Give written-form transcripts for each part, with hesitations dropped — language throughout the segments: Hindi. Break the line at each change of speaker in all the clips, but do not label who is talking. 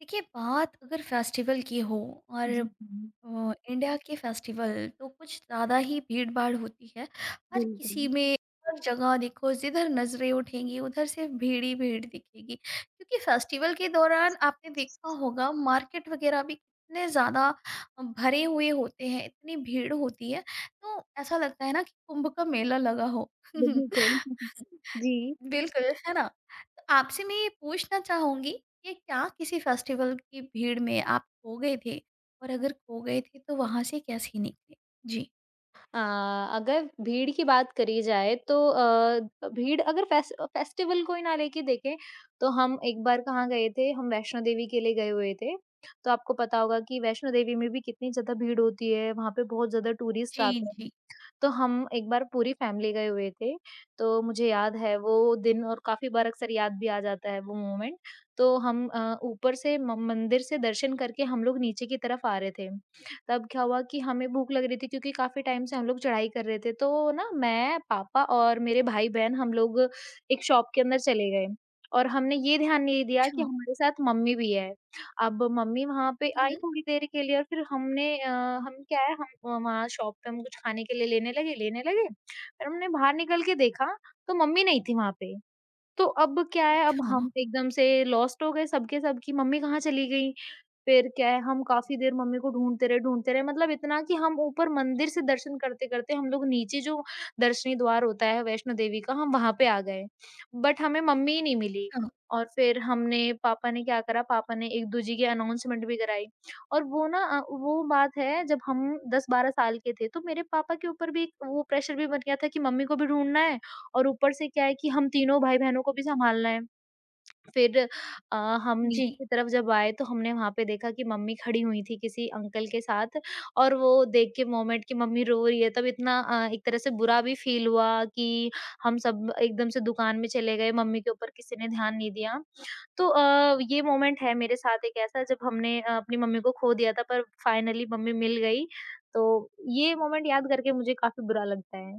देखिए, बात अगर फेस्टिवल की हो और
जी, जी।
इंडिया के फेस्टिवल तो कुछ ज़्यादा ही भीड़ भाड़ होती है हर किसी
बिल्कुल,
में। हर जगह देखो, जिधर नजरें उठेंगी उधर से भीड़ ही भीड़ दिखेगी, क्योंकि फेस्टिवल के दौरान आपने देखा होगा मार्केट वगैरह भी कितने ज़्यादा भरे हुए होते हैं, इतनी भीड़ होती है। तो ऐसा लगता है ना कि कुंभ का मेला लगा हो।
बिल्कुल। जी।
बिल्कुल, है ना। आपसे मैं ये पूछना चाहूंगी कि क्या किसी फेस्टिवल की भीड़ में आप खो गए थे, और अगर खो गए थे तो वहां से कैसे निकले। जी।
अ, अगर भीड़ की बात करी जाए तो भीड़ अगर फेस्टिवल को ही ना लेके देखें तो हम एक बार कहाँ गए थे, हम वैष्णो देवी के लिए गए हुए थे। तो आपको पता होगा कि वैष्णो देवी में भी कितनी ज़्यादा भीड़ होती है, वहाँ पे बहुत ज़्यादा टूरिस्ट
जी।
आते हैं।
जी।
तो हम एक बार पूरी फैमिली गए हुए थे, तो मुझे याद है वो दिन और काफ़ी बार अक्सर याद भी आ जाता है वो मोमेंट। तो हम ऊपर से म मंदिर से दर्शन करके हम लोग नीचे की तरफ आ रहे थे। तब क्या हुआ कि हमें भूख लग रही थी क्योंकि काफ़ी टाइम से हम लोग चढ़ाई कर रहे थे। तो ना मैं, पापा और मेरे भाई-बहन हम लोग एक शॉप के अंदर चले गए और हमने ये ध्यान नहीं दिया कि
अच्छा।
हमारे साथ मम्मी भी है। अब मम्मी वहाँ पे आई
हम्म।
थोड़ी देर के लिए और फिर हमने हम क्या है हम वहाँ शॉप पे हम कुछ खाने के लिए लेने लगे। फिर हमने बाहर निकल के देखा तो मम्मी नहीं थी वहाँ पे। तो अब क्या है,
अच्छा।
अब हम एकदम से लॉस्ट हो गए सब के सब कि मम्मी कहाँ चली गई? फिर क्या है, हम काफ़ी देर मम्मी को ढूँढते रहे मतलब इतना कि हम ऊपर मंदिर से दर्शन करते-करते हम लोग नीचे जो दर्शनी द्वार होता है वैष्णो देवी का, हम वहाँ पे आ गए। बट हमें मम्मी ही नहीं मिली
अच्छा।
और फिर हमने पापा ने क्या करा, पापा ने एक दूजी की अनाउंसमेंट भी कराई और वो ना वो बात है जब हम 10-12 साल के थे, तो मेरे पापा के ऊपर भी एक वो प्रेशर भी बन गया था कि मम्मी को भी ढूँढना है और ऊपर से क्या है कि हम तीनों भाई-बहनों को भी सँभालना है। फिर अ, हम नीचे
जी।
की तरफ जब आए तो हमने वहाँ पे देखा कि मम्मी खड़ी हुई थी किसी अंकल के साथ और वो देख के मोमेंट कि मम्मी रो रही है तब इतना एक तरह से बुरा भी फ़ील हुआ कि हम सब एकदम से दुकान में चले गए, मम्मी के ऊपर किसी ने ध्यान नहीं दिया। तो ये मोमेंट है मेरे साथ एक ऐसा जब हमने अपनी मम्मी को खो दिया था पर फाइनली मम्मी मिल गई। तो ये मोमेंट याद करके मुझे काफ़ी बुरा लगता है।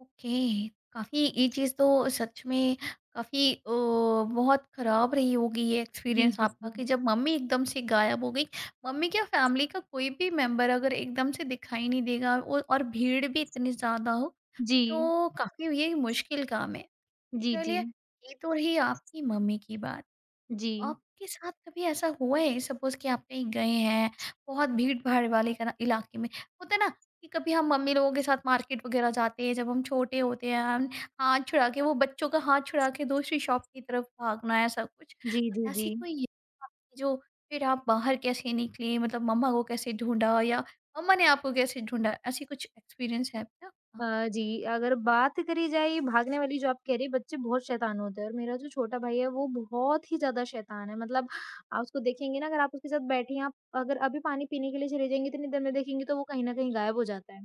ओके, काफी ये चीज तो सच में काफी बहुत खराब रही होगी ये
जी,
एक्सपीरियंस
जी,
आपका,
जी।
कि जब मम्मी एकदम से गायब हो गई। मम्मी क्या, फैमिली का कोई भी मेंबर अगर एकदम से दिखाई नहीं देगा और भीड़ भी इतनी ज्यादा हो,
जी।
तो काफी ये मुश्किल काम है।
जी, जी।
चलिए, ये तो रही आपकी मम्मी की बात।
जी,
आपके साथ कभी ऐसा हुआ है सपोज़ कि आप कहीं गए हैं, बहुत भीड़-भाड़ वाले करा इलाके में, होता है ना कि कभी हम मम्मी लोगों के साथ मार्केट वग़ैरह जाते हैं, जब हम छोटे होते हैं, हम हाथ छुड़ा के, वो बच्चों का हाथ छुड़ा के दूसरी शॉप की तरफ भागना, ऐसा कुछ।
जी, जी,
तो
जी।
ऐसी कोई याद आपकी जो, फिर आप बाहर कैसे निकले, मतलब मम्मा को कैसे ढूँढा या मम्मा ने आपको कैसे ढूँढा? ऐसी कुछ एक्सपीरियंस है क्या आपका?
अ, जी, अगर बात करी जाए ये भागने वाली जो आप कह रहे हैं, बच्चे बहुत शैतान होते हैं और मेरा जो छोटा भाई है वो बहुत ही ज़्यादा शैतान है। मतलब आप उसको देखेंगे ना अगर आप उसके साथ बैठी हैं, आप अगर अभी पानी पीने के लिए चले जाएँगे इतनी देर में देखेंगे तो वो कहीं न कहीं गायब हो जाता है।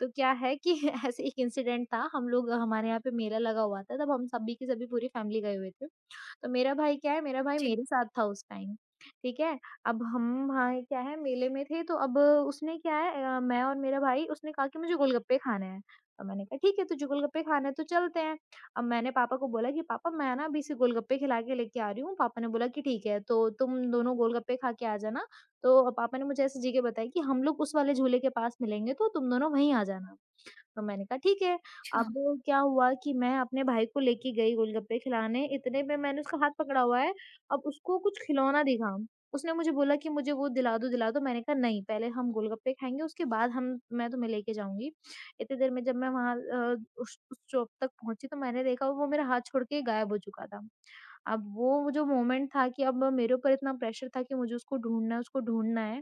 तो क्या है कि ऐसे एक इंसिडेंट था हम लोग हमारे यहाँ पे मेला लगा हुआ था तब हम सभी के सभी पूरी फैमिली गए हुए थे। तो मेरा भाई क्या है, मेरा भाई
जी।
मेरे साथ था उस टाइम, ठीक है। अब हम भाई क्या है मेले में थे तो अब उसने क्या है मैं और मेरा भाई उसने कहा कि मुझे गोलगप्पे खाने हैं। तो मैंने कहा ठीक है तुझे गोलगप्पे खाने हैं तो चलते हैं। अब मैंने पापा को बोला कि पापा मैं ना अभी इसे गोलगप्पे खिला के लेके आ रही हूँ। पापा ने बोला कि ठीक है तो तुम दोनों गोलगप्पे खा के आ जाना। तो पापा ने मुझे ऐसे जी के बताया कि हम लोग उस वाले झूले के पास मिलेंगे तो तुम दोनों वहीं आ जाना। तो मैंने कहा ठीक है।
अच्छा।
अब क्या हुआ कि मैं अपने भाई को लेके गई गोलगप्पे खिलाने, इतने में मैंने उसका हाथ पकड़ा हुआ है, अब उसको कुछ खिलौना दिखा। उसने मुझे बोला कि मुझे वो दिला दो, दिला दो। मैंने कहा नहीं, पहले हम गोलगप्पे खाएँगे उसके बाद हम मैं तुम्हें लेके जाऊँगी। इतनी देर में जब मैं वहाँ उस शॉप तक पहुँची तो मैंने देखा वो मेरा हाथ छोड़ के गायब हो चुका था। अब वो जो मोमेंट था कि अब मेरे ऊपर इतना प्रेशर था कि मुझे उसको ढूँढना है, उसको ढूँढना है।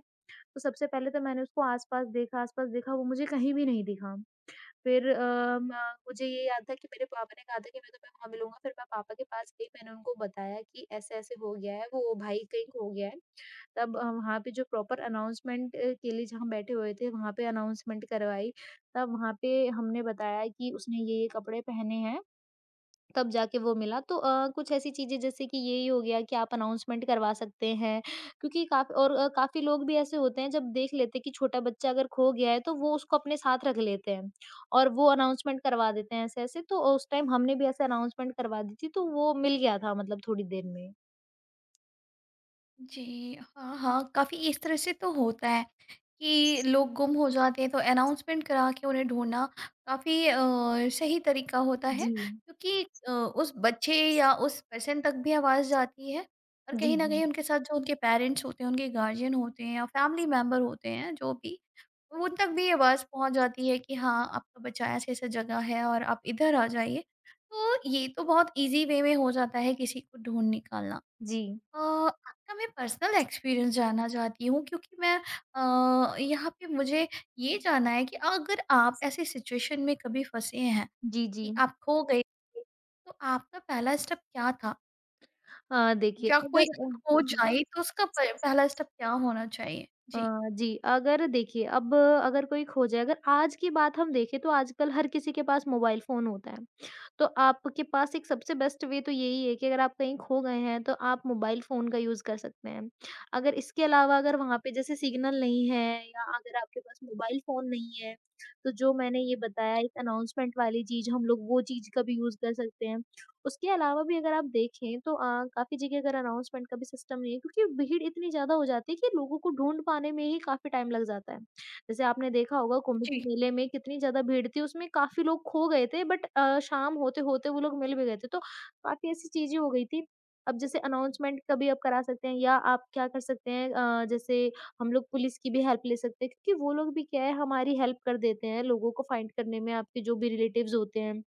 तो सबसे पहले तो मैंने उसको आस-पास देखा, वो मुझे कहीं भी नहीं दिखा। फिर अ, म मुझे ये याद था कि मेरे पापा ने कहा था कि मैं तुम्हें वहाँ मिलूँगा, फिर मैं पापा के पास गई, मैंने उनको बताया कि ऐसे-ऐसे हो गया है, वो भाई कहीं खो गया है। तब वहाँ पे जो प्रॉपर अनाउंसमेंट के लिए जहाँ बैठे हुए थे, वहाँ पे अनाउंसमेंट करवाई। तब वहाँ पे हमने बताया कि उसने ये-ये कपड़े पहने हैं तब जाके वो मिला तो कुछ ऐसी चीज़ें जैसे कि यही हो गया कि आप अनाउंसमेंट करवा सकते हैं क्योंकि काफ़ी और काफ़ी लोग भी ऐसे होते हैं जब देख लेते हैं कि छोटा बच्चा अगर खो गया है तो वो उसको अपने साथ रख लेते हैं और वो अनाउंसमेंट करवा देते हैं ऐसे-ऐसे तो उस टाइम हमने भी ऐसे अनाउंसमेंट करवा दी थी तो वो मिल गया था मतलब थोड़ी देर में।
जी, हाँ, हाँ, काफ़ी इस तरह से तो होता है कि लोग गुम हो जाते हैं, तो अनाउंसमेंट करा के उन्हें ढूँढना काफ़ी सही तरीका होता है,
जी।
क्योंकि उस बच्चे या उस पर्सन तक भी आवाज़ जाती है और
जी,
कहीं न
जी।
कहीं उनके साथ जो उनके पेरेंट्स होते हैं, उनके गार्डियन होते हैं या फैमिली मेंबर होते हैं, जो भी, उन तक भी आवाज़ पहुँच जाती है कि हाँ, आपका बच्चा ऐसे-ऐसे जगह है और आप इधर आ जाइए। तो ये तो बहुत ईज़ी वे में हो जाता है किसी को ढूँढ निकालना।
जी।
आपका मैं पर्सनल एक्सपीरियंस जानना चाहती हूँ, क्योंकि मैं यहाँ पे मुझे ये जानना है कि अगर आप ऐसी सिचुएशन में कभी फंसे हैं
जी, जी। जी
कि आप खो गए थे, तो आपका पहला स्टेप क्या था?
देखिए
या कोई
अगर
अगर खो
अ
जाए तो उसका प पहला स्टेप क्या होना चाहिए?
अ,
जी।
जी, अगर देखिए अब अगर कोई खो जाए अगर आज की बात हम देखें तो आजकल हर किसी के पास मोबाइल फ़ोन होता है। तो आपके पास एक सबसे बेस्ट वे तो यही है कि अगर आप कहीं खो गए हैं तो आप मोबाइल फ़ोन का यूज़ कर सकते हैं। अगर इसके अलावा अगर वहाँ पे जैसे सिग्नल नहीं है या अगर आपके पास मोबाइल फ़ोन नहीं है, तो जो मैंने ये बताया एक अनाउंसमेंट वाली चीज़ हम लोग वो चीज़ का भी यूज़ कर सकते हैं। उसके अलावा भी अगर आप देखें तो काफ़ी जगह अगर अनाउंसमेंट का भी सिस्टम नहीं है क्योंकि भीड़ इतनी ज़्यादा हो जाती है कि लोगों को ढूँढ पाने में ही काफ़ी टाइम लग जाता है। जैसे आपने देखा होगा कुंभ के
जी,
मेले में कितनी ज़्यादा भीड़ थी, उसमें काफ़ी लोग खो गए थे बट शाम होते-होते वो लोग मिल भी गए थे, तो काफ़ी ऐसी चीज़ें हो गई थी। अब जैसे अनाउंसमेंट कभी आप करा सकते हैं या आप क्या कर सकते हैं जैसे हम लोग पुलिस की भी हेल्प ले सकते हैं क्योंकि वो लोग भी क्या है हमारी हेल्प कर देते हैं लोगों को फाइंड करने में, आपके जो भी रिलेटिव्स होते हैं।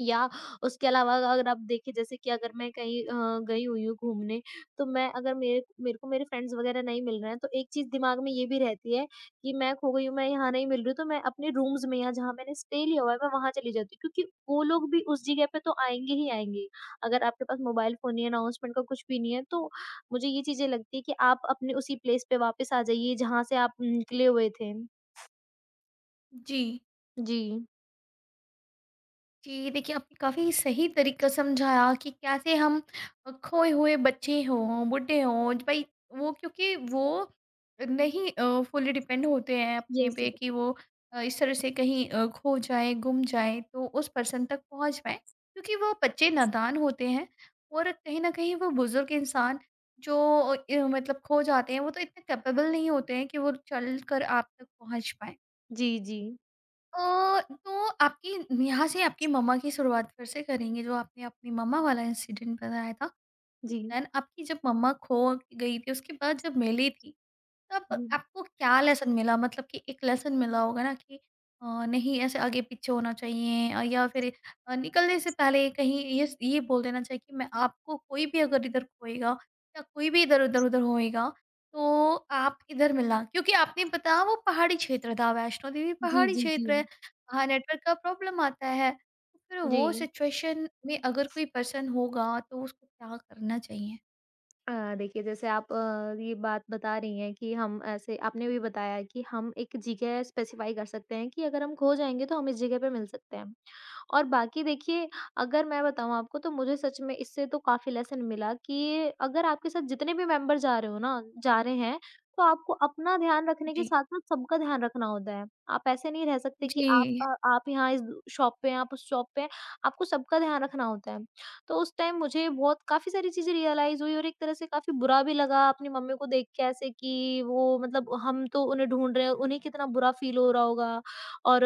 या उसके अलावा अगर आप देखिए जैसे कि अगर मैं कहीं गई हुई हूँ घूमने, तो मैं अगर मेरे मेरे को मेरे फ्रेंड्स वगैरह नहीं मिल रहे हैं, तो एक चीज़ दिमाग में ये भी रहती है कि मैं खो गई हूँ, मैं यहाँ नहीं मिल रही हूँ, तो मैं अपने रूम्स में या जहाँ मैंने स्टे लिया हुआ है, मैं वहाँ चली जाती हूँ। क्योंकि वो लोग भी उस जगह पे तो आएँगे ही आएँगे। अगर आपके पास मोबाइल फ़ोन नहीं है, अनाउंसमेंट का कुछ भी नहीं है, तो मुझे ये चीज़ें लगती है कि आप अपने उसी प्लेस पे वापस आ जाइए, जहाँ से आप निकले हुए थे।
जी।
जी।
जी, देखिए, आपने काफ़ी सही तरीका समझाया कि कैसे हम खोए हुए बच्चे हों, बुड्ढे हों, भाई, वो, क्योंकि वो नहीं फुली डिपेंड होते हैं अपने
यस,
पे
यस।
कि वो इस तरह से कहीं खो जाएँ, गुम जाएँ तो उस पर्सन तक पहुँच पाएँ। क्योंकि वो बच्चे नादान होते हैं और कहीं न कहीं वो बुज़ुर्ग इंसान जो अ, मतलब खो जाते हैं, वो तो इतने कैपेबल नहीं होते हैं कि वो चलकर आप तक पहुँच पाएँ।
जी, जी।
तो आपकी यहाँ से आपकी मम्मा की शुरुआत फिर से करेंगे, जो आपने अपनी मम्मा वाला इंसिडेंट बताया था। तो
जी।
देन आपकी जब मम्मा खो गई थी, उसके बाद जब मिली थी, तब
जी।
आपको क्या लेसन मिला? मतलब कि एक लेसन मिला होगा ना कि नहीं ऐसे आगे-पीछे होना चाहिए, या फिर निकलने से पहले कहीं ये बोल देना चाहिए कि मैं आपको, कोई भी अगर इधर खोएगा या कोई भी इधर-उधर उधर उधर होएगा, तो आप इधर मिलना। क्योंकि आपने बताया वो पहाड़ी क्षेत्र था, वैष्णो देवी
जी,
पहाड़ी
जी, जी।
क्षेत्र है, वहाँ नेटवर्क का प्रॉब्लम आता है। तो फिर
जी।
वो सिचुएशन में अगर कोई पर्सन होगा, तो उसको क्या करना चाहिए?
अ, देखिए जैसे आप ये बात बता रही हैं कि हम ऐसे आपने भी बताया कि हम एक जगह स्पेसिफ़ाई कर सकते हैं कि अगर हम खो जाएँगे तो हम इस जगह पे मिल सकते हैं। और बाकी देखिए अगर मैं बताऊँ आपको तो मुझे सच में इससे तो काफ़ी लेसन मिला कि अगर आपके साथ जितने भी मेंबर जा रहे हो ना जा रहे हैं, तो आपको अपना ध्यान रखने के
जी।
साथ-साथ सबका ध्यान रखना होता है। आप ऐसे नहीं रह सकते कि आप
जी।
आप यहाँ इस शॉप पे हैं, आप उस शॉप पे हैं, आपको सबका ध्यान रखना होता है। तो उस टाइम मुझे बहुत काफ़ी सारी चीज़ें रियलाइज़ हुई और एक तरह से काफ़ी बुरा भी लगा अपनी मम्मी को देख के ऐसे कि वो मतलब हम तो उन्हें ढूँढ रहे हैं, उन्हें कितना बुरा फ़ील हो रहा होगा और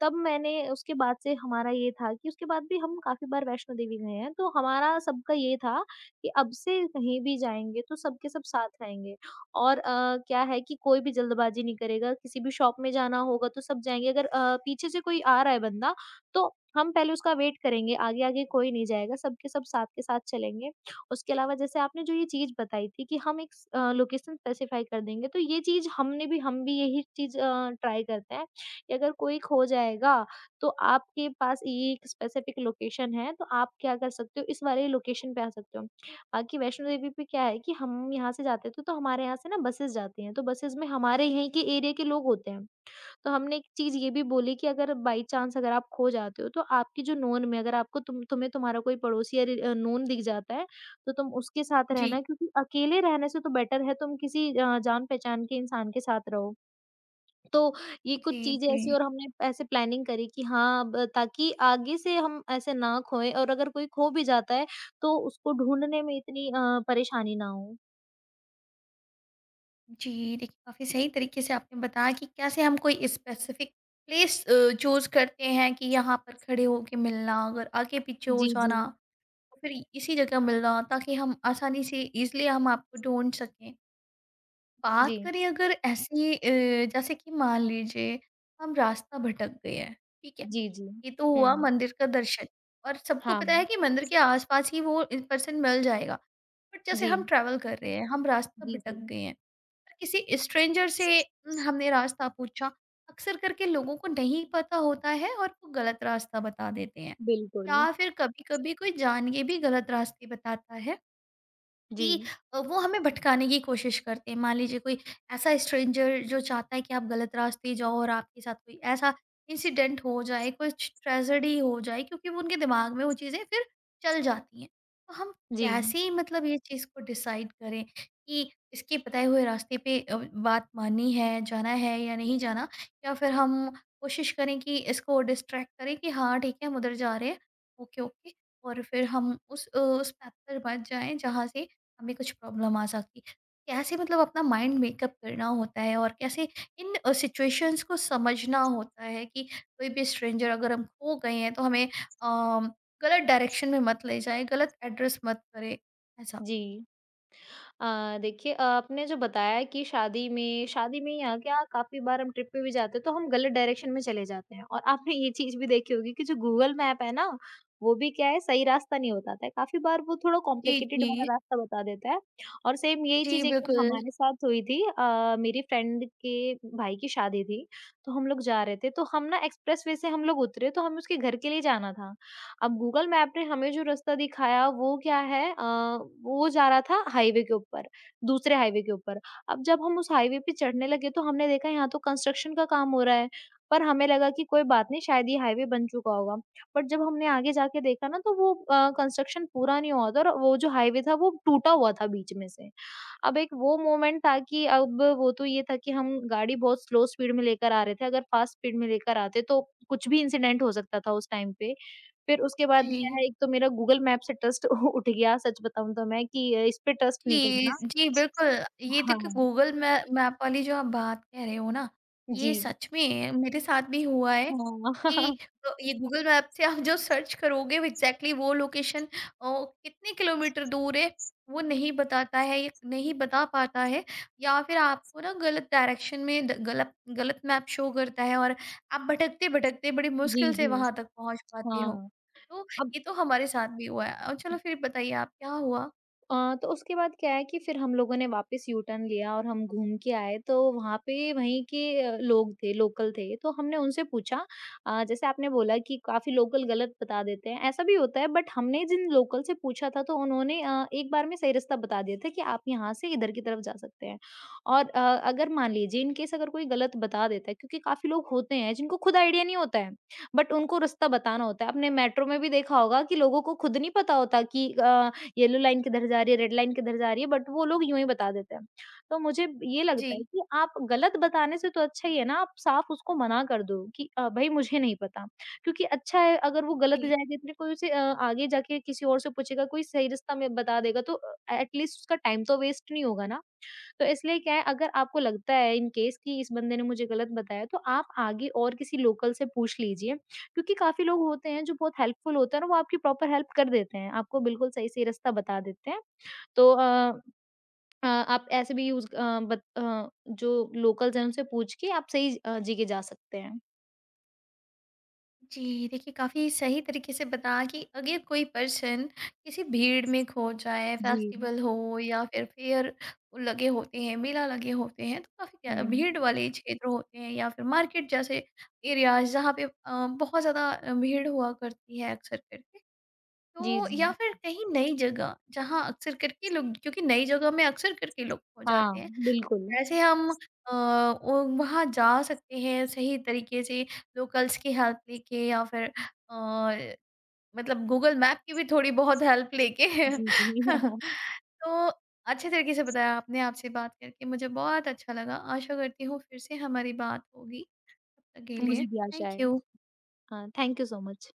तब मैंने उसके बाद से हमारा ये था कि उसके बाद भी हम काफ़ी बार वैष्णो देवी गए हैं, तो हमारा सबका ये था कि अब से कहीं भी जाएँगे तो सब के सब साथ रहेंगे और क्या है कि कोई भी जल्दबाजी नहीं करेगा, किसी भी शॉप में जाना होगा तो सब जाएँगे अगर पीछे से कोई आ रहा है बंदा, तो हम पहले उसका वेट करेंगे, आगे-आगे कोई नहीं जाएगा, सब के सब साथ के साथ चलेंगे। उसके अलावा जैसे आपने जो ये चीज़ बताई थी कि हम एक लोकेशन स्पेसिफ़ाई कर देंगे, तो ये चीज़ हमने भी हम भी यही चीज़ ट्राई करते हैं कि अगर कोई खो जाएगा, तो आपके पास ये एक स्पेसिफिक लोकेशन है, तो आप क्या कर सकते हो, इस वाले लोकेशन पे आ सकते हो। बाकी वैष्णो देवी पे क्या है कि हम यहाँ से जाते थे, तो हमारे यहाँ से ना बसेज़ जाती हैं, तो बसेज़ में हमारे यहीं के एरिया के लोग होते हैं। तो हमने एक चीज़ ये भी बोली कि अगर बाई चांस अगर आप खो जाते हो, तो आपकी जो नोन में अगर आपको तुम्हें तुम्हारा कोई पड़ोसी या नोन दिख जाता है, तो तुम उसके साथ
जी,
रहना क्योंकि अकेले रहने से तो बेटर है तुम किसी जान-पहचान के इंसान के साथ रहो। तो ये
जी,
कुछ चीज़ें
जी।
ऐसी और हमने ऐसे प्लानिंग करी कि हाँ, अब ताकि आगे से हम ऐसे ना खोएँ और अगर कोई खो भी जाता है तो उसको ढूँढने में इतनी परेशानी ना हो।
जी, देखिए, काफ़ी सही तरीके से आपने बताया कि कैसे हम कोई स्पेसिफ़िक प्लेस चूज़ करते हैं कि यहाँ पर खड़े होके मिलना, अगर आगे-पीछे हो
जी, जी।
जाना, और फिर इसी जगह मिलना, ताकि हम आसानी से ईज़िली हम आपको ढूँढ सकें। बात
जी।
करें अगर ऐसी, जैसे कि मान लीजिए हम रास्ता भटक गए हैं, ठीक है?
जी, जी।
ये तो
हुँ।
हुआ मंदिर का दर्शन, और सबको पता है
हाँ।
कि मंदिर के आस-पास ही वो पर्सन मिल जाएगा। बट जैसे
जी।
हम ट्रैवल कर रहे हैं, हम रास्ता
जी,
भटक
जी।
गए हैं। किसी स्ट्रेंजर से हमने रास्ता पूछा, अक्सर करके लोगों को नहीं पता होता है और वो गलत रास्ता बता देते हैं।
बिल्कुल।
या फिर कभी-कभी कोई जान के भी गलत रास्ते बताता है।
जी।
कि वो हमें भटकाने की कोशिश करते हैं। मान लीजिए कोई ऐसा स्ट्रेंजर जो चाहता है कि आप गलत रास्ते जाओ और आपके साथ कोई ऐसा इंसिडेंट हो जाए, कुछ ट्रेजेडी हो जाए, क्योंकि वो उनके दिमाग में वो चीज़ें फिर चल जाती हैं। तो हम
जी,
कैसे, मतलब ये चीज़ को डिसाइड करें कि इसके बताए हुए रास्ते पे बात माननी है, जाना है या नहीं जाना? या फिर हम कोशिश करें कि इसको डिस्ट्रैक्ट करें कि हाँ, ठीक है, हम उधर जा रहे हैं, ओके, ओके, और फिर हम उस उस पैथ पर बच जाएँ जहाँ से हमें कुछ प्रॉब्लम आ सकती। कैसे, मतलब अपना माइंड मेकअप करना होता है और कैसे इन सिचुएशंस को समझना होता है कि कोई भी स्ट्रेंजर अगर हम खो गए हैं तो हमें अम, गलत डायरेक्शन में मत ले जाए, गलत एड्रेस मत करे, ऐसा।
जी। देखिए, आपने जो बताया कि शादी में यहाँ क्या काफ़ी बार हम ट्रिप पे भी जाते हैं तो हम गलत डायरेक्शन में चले जाते हैं और आपने ये चीज़ भी देखी होगी कि जो गूगल मैप है ना, वो भी क्या है सही रास्ता नहीं बताता है, काफ़ी बार वो थोड़ा
जी।
कॉम्प्लिकेटेड
जी।
वाला रास्ता बता देता है और सेम यही
जी,
चीज़ एक बार
बिल्कुल।
हमारे साथ हुई थी। मेरी फ्रेंड के भाई की शादी थी, तो हम लोग जा रहे थे, तो हम ना एक्सप्रेसवे से हम लोग उतरे, तो हमें उसके घर के लिए जाना था। अब गूगल मैप ने हमें जो रास्ता दिखाया वो क्या है, वो जा रहा था हाईवे के ऊपर, दूसरे हाईवे के ऊपर। अब जब हम उस हाईवे पे चढ़ने लगे तो हमने देखा यहाँ तो कंस्ट्रक्शन का काम हो रहा है, पर हमें लगा कि कोई बात नहीं शायद ये हाईवे बन चुका होगा। बट जब हमने आगे जाके देखा ना तो वो कंस्ट्रक्शन पूरा नहीं हुआ था और वो जो हाईवे था वो टूटा हुआ था बीच में से। अब एक वो मोमेंट था कि अब वो तो ये था कि हम गाड़ी बहुत स्लो स्पीड में लेकर आ रहे थे, अगर फास्ट स्पीड में लेकर आते तो कुछ भी इंसिडेंट हो सकता था उस टाइम पे। फिर उसके बाद क्या
जी।
है, एक तो मेरा गूगल मैप से ट्रस्ट उठ गया सच बताऊँ तो मैं कि इस पे ट्रस्ट नहीं
जी,
करना।
जी, बिल्कुल। ये
हाँ,
देखिए, गूगल मै मैप वाली जो आप बात कह रहे हो ना, ये
जी।
सच में मेरे साथ भी हुआ है
हाँ,
कि ये गूगल मैप से आप जो सर्च करोगे, वो एग्ज़ैक्टली वो लोकेशन कितने किलोमीटर दूर है, वो नहीं बताता है या नहीं बता पाता है, या फिर आपको ना गलत डायरेक्शन में द गलत गलत मैप शो करता है और आप भटकते-भटकते बड़ी
जी,
मुश्किल से
जी,
वहाँ तक पहुँच पाते हो।
हाँ,
तो
अब
ये तो हमारे साथ भी हुआ है। चलो, फिर बताइए आप, क्या हुआ?
तो उसके बाद क्या है कि फिर हम लोगों ने वापस यू टर्न लिया और हम घूम के आए तो वहाँ पे वहीं के लोग थे, लोकल थे तो हमने उनसे पूछा। जैसे आपने बोला कि काफ़ी लोकल गलत बता देते हैं, ऐसा भी होता है बट हमने जिन लोकल से पूछा था तो उन्होंने एक बार में सही रास्ता बता दिया था कि आप यहाँ से इधर की तरफ जा सकते हैं। और अगर मान लीजिए इन केस अगर कोई गलत बता देता है क्योंकि काफ़ी लोग होते हैं जिनको खुद आइडिया नहीं होता है बट उनको रास्ता बताना होता है। आपने मेट्रो में भी देखा होगा कि लोगों को खुद नहीं पता होता कि येलो लाइन किधर जा रही है, रेड लाइन किधर जा रही है, बट वो लोग यूँ ही बता देते हैं। तो मुझे ये लगता है
जी,
कि आप गलत बताने से तो अच्छा ही है ना, आप साफ उसको मना कर दो कि भई मुझे नहीं पता। क्योंकि अच्छा है अगर वो
जी।
गलत जाएगा इतने कोई उसे आगे जाके किसी और से पूछेगा, कोई सही रास्ता में बता देगा तो एट लीस्ट उसका टाइम तो वेस्ट नहीं होगा ना। तो इसलिए क्या है अगर आपको लगता है इन केस कि इस बंदे ने मुझे गलत बताया तो आप आगे और किसी लोकल से पूछ लीजिए, क्योंकि काफ़ी लोग होते हैं जो बहुत हेल्पफुल होते हैं ना वो आपकी प्रॉपर हेल्प कर देते हैं, आपको बिल्कुल सही-सही रास्ता बता देते हैं। तो आप ऐसे भी यूज़ अ, बत अ, जो लोकल्स हैं उनसे पूछ के आप सही जगह जा सकते हैं।
जी, देखिए, काफ़ी सही तरीके से बताया कि अगर कोई पर्सन किसी भीड़ में खो जाए,
जी।
फेस्टिवल हो या फिर फेयर लगे होते हैं, मेला लगे होते हैं, तो काफ़ी क्या,
हुँ।
भीड़ वाले क्षेत्र होते हैं या फिर मार्केट जैसे एरियाज़, जहाँ पे बहुत ज़्यादा भीड़ हुआ करती है अक्सर करके।
जी,
तो
जी।
या फिर कहीं नई जगह, जहाँ अक्सर करके लोग, क्योंकि नई जगह में अक्सर करके लोग खो जाते
हाँ,
हैं, तो
बिल्कुल।
कैसे हम वो वहाँ जा सकते हैं सही तरीके से, लोकल्स की हेल्प लेके या फिर अ, मतलब गूगल मैप की भी थोड़ी बहुत हेल्प लेके।
जी, जी।
तो अच्छे तरीके से बताया आपने। आपसे बात करके मुझे बहुत अच्छा लगा। आशा करती हूँ फिर से हमारी बात होगी। तब तक के लिए,
मुझे भी आशा
थैंक
है।
यू।
हाँ, थैंक यू सो मच।